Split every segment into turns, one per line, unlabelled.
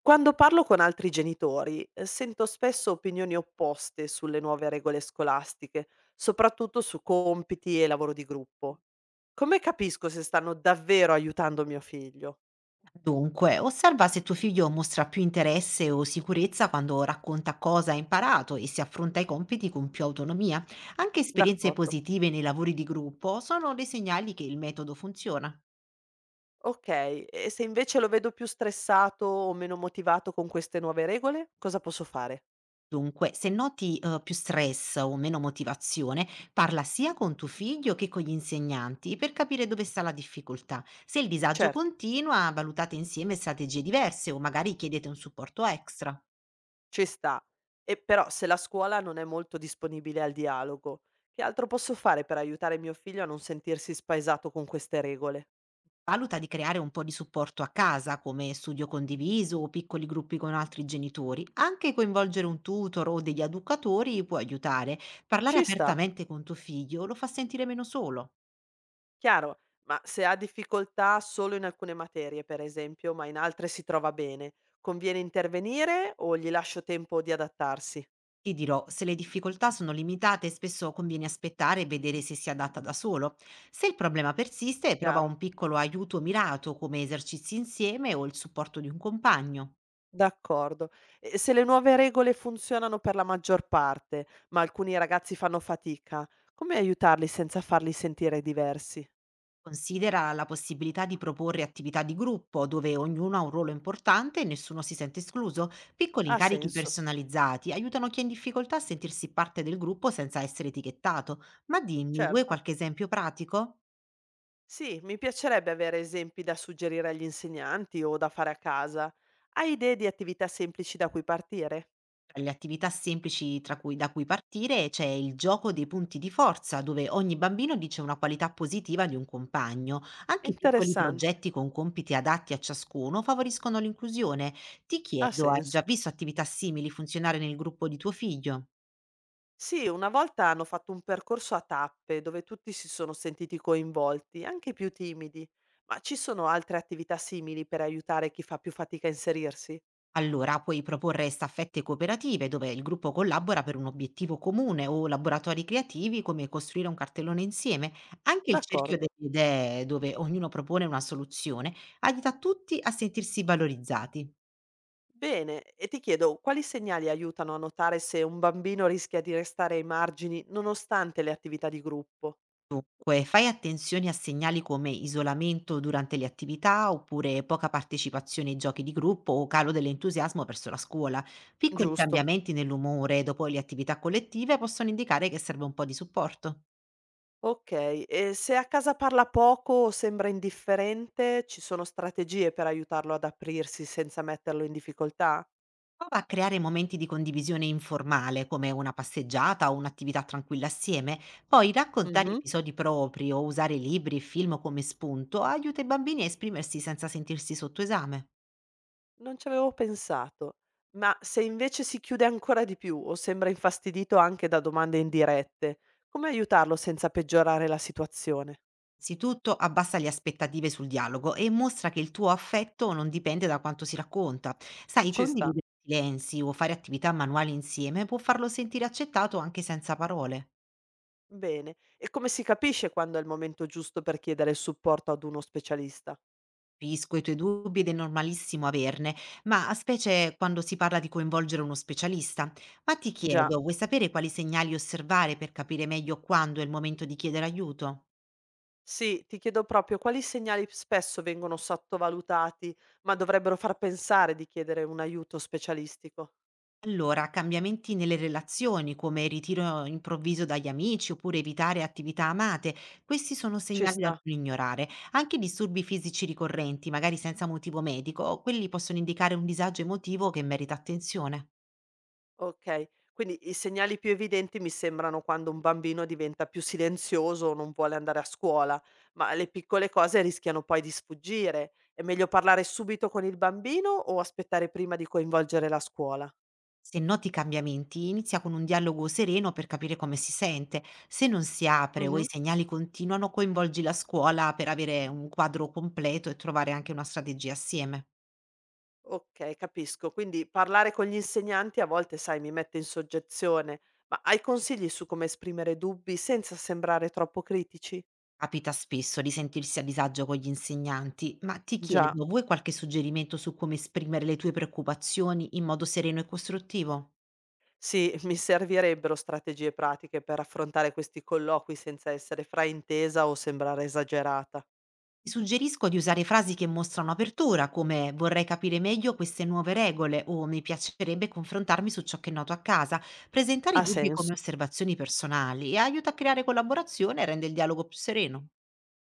Quando parlo con altri genitori, sento spesso opinioni opposte sulle nuove regole scolastiche, soprattutto su compiti e lavoro di gruppo. Come capisco se stanno davvero aiutando mio figlio?
Dunque, osserva se tuo figlio mostra più interesse o sicurezza quando racconta cosa ha imparato e si affronta i compiti con più autonomia. Anche esperienze
D'accordo.
positive nei lavori di gruppo sono dei segnali che il metodo funziona.
Ok, e se invece lo vedo più stressato o meno motivato con queste nuove regole, cosa posso fare?
Dunque, se noti più stress o meno motivazione, parla sia con tuo figlio che con gli insegnanti per capire dove sta la difficoltà. Se il disagio
Certo,
continua, valutate insieme strategie diverse o magari chiedete un supporto extra.
ci sta. E però se la scuola non è molto disponibile al dialogo, che altro posso fare per aiutare mio figlio a non sentirsi spaesato con queste regole?
Valuta di creare un po' di supporto a casa, come studio condiviso o piccoli gruppi con altri genitori. Anche coinvolgere un tutor o degli educatori può aiutare. Parlare
Ci sta.
apertamente con tuo figlio lo fa sentire meno solo.
Chiaro, ma se ha difficoltà solo in alcune materie, per esempio, ma in altre si trova bene, conviene intervenire o gli lascio tempo di adattarsi?
Ti dirò, se le difficoltà sono limitate, spesso conviene aspettare e vedere se si adatta da solo. Se il problema persiste, prova
Chiaro,
un piccolo aiuto mirato, come esercizi insieme o il supporto di un compagno.
d'accordo. E se le nuove regole funzionano per la maggior parte, ma alcuni ragazzi fanno fatica, come aiutarli senza farli sentire diversi?
Considera la possibilità di proporre attività di gruppo dove ognuno ha un ruolo importante e nessuno si sente escluso. Piccoli
Ha
incarichi
senso,
personalizzati aiutano chi è in difficoltà a sentirsi parte del gruppo senza essere etichettato. Ma dimmi, vuoi
certo.
qualche esempio pratico?
Sì, mi piacerebbe avere esempi da suggerire agli insegnanti o da fare a casa. Hai idee di attività semplici da cui partire?
Tra le attività semplici da cui partire c'è il gioco dei punti di forza, dove ogni bambino dice una qualità positiva di un compagno. Anche piccoli
Interessante,
progetti con compiti adatti a ciascuno favoriscono l'inclusione. Ti
ha
chiedo, hai già
senso.
visto attività simili funzionare nel gruppo di tuo figlio?
Sì, una volta hanno fatto un percorso a tappe dove tutti si sono sentiti coinvolti, anche i più timidi. Ma ci sono altre attività simili per aiutare chi fa più fatica a inserirsi?
Allora, puoi proporre staffette cooperative dove il gruppo collabora per un obiettivo comune o laboratori creativi come costruire un cartellone insieme. Anche il cerchio delle
D'accordo.
idee dove ognuno propone una soluzione aiuta tutti a sentirsi valorizzati.
Bene, e ti chiedo quali segnali aiutano a notare se un bambino rischia di restare ai margini nonostante le attività di gruppo?
Poi fai attenzione a segnali come isolamento durante le attività oppure poca partecipazione ai giochi di gruppo o calo dell'entusiasmo verso la scuola. Piccoli
Giusto.
cambiamenti nell'umore dopo le attività collettive possono indicare che serve un po' di supporto.
Ok, e se a casa parla poco o sembra indifferente, ci sono strategie per aiutarlo ad aprirsi senza metterlo in difficoltà?
Prova a creare momenti di condivisione informale, come una passeggiata o un'attività tranquilla assieme, poi raccontare episodi propri o usare libri e film come spunto aiuta i bambini a esprimersi senza sentirsi sotto esame.
Non ci avevo pensato, ma se invece si chiude ancora di più o sembra infastidito anche da domande indirette, come aiutarlo senza peggiorare la situazione?
Innanzitutto abbassa le aspettative sul dialogo e mostra che il tuo affetto non dipende da quanto si racconta. Sai,
Ci sta.
condividere silenzi o fare attività manuali insieme può farlo sentire accettato anche senza parole.
Bene, e come si capisce quando è il momento giusto per chiedere il supporto ad uno specialista?
Capisco i tuoi dubbi ed è normalissimo averne, ma a specie quando si parla di coinvolgere uno specialista. Ma ti
Già,
chiedo, vuoi sapere quali segnali osservare per capire meglio quando è il momento di chiedere aiuto?
sì, ti chiedo proprio quali segnali spesso vengono sottovalutati, ma dovrebbero far pensare di chiedere un aiuto specialistico.
Allora, cambiamenti nelle relazioni, come il ritiro improvviso dagli amici oppure evitare attività amate, questi sono
Ci
segnali da
sta.
non ignorare. Anche disturbi fisici ricorrenti, magari senza motivo medico, quelli possono indicare un disagio emotivo che merita attenzione.
Okay, quindi i segnali più evidenti mi sembrano quando un bambino diventa più silenzioso o non vuole andare a scuola, ma le piccole cose rischiano poi di sfuggire. È meglio parlare subito con il bambino o aspettare prima di coinvolgere la scuola?
Se noti i cambiamenti, inizia con un dialogo sereno per capire come si sente. Se non si apre o i
Mh-mh.
segnali continuano, coinvolgi la scuola per avere un quadro completo e trovare anche una strategia assieme.
Okay, capisco. Quindi parlare con gli insegnanti a volte, sai, mi mette in soggezione, ma hai consigli su come esprimere dubbi senza sembrare troppo critici?
Capita spesso di sentirsi a disagio con gli insegnanti, ma ti
Già.
chiedo, vuoi qualche suggerimento su come esprimere le tue preoccupazioni in modo sereno e costruttivo?
Sì, mi servirebbero strategie pratiche per affrontare questi colloqui senza essere fraintesa o sembrare esagerata.
Ti suggerisco di usare frasi che mostrano apertura, come vorrei capire meglio queste nuove regole o mi piacerebbe confrontarmi su ciò che noto a casa. Presentare i
Ha
dubbi come
senso.
osservazioni personali e aiuta a creare collaborazione e rende il dialogo più sereno.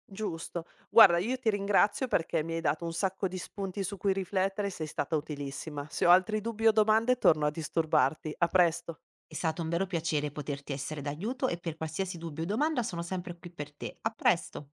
Giusto. Guarda, io ti ringrazio perché mi hai dato un sacco di spunti su cui riflettere e sei stata utilissima. Se ho altri dubbi o domande, torno a disturbarti. A presto.
È stato un vero piacere poterti essere d'aiuto e per qualsiasi dubbio o domanda sono sempre qui per te. A presto!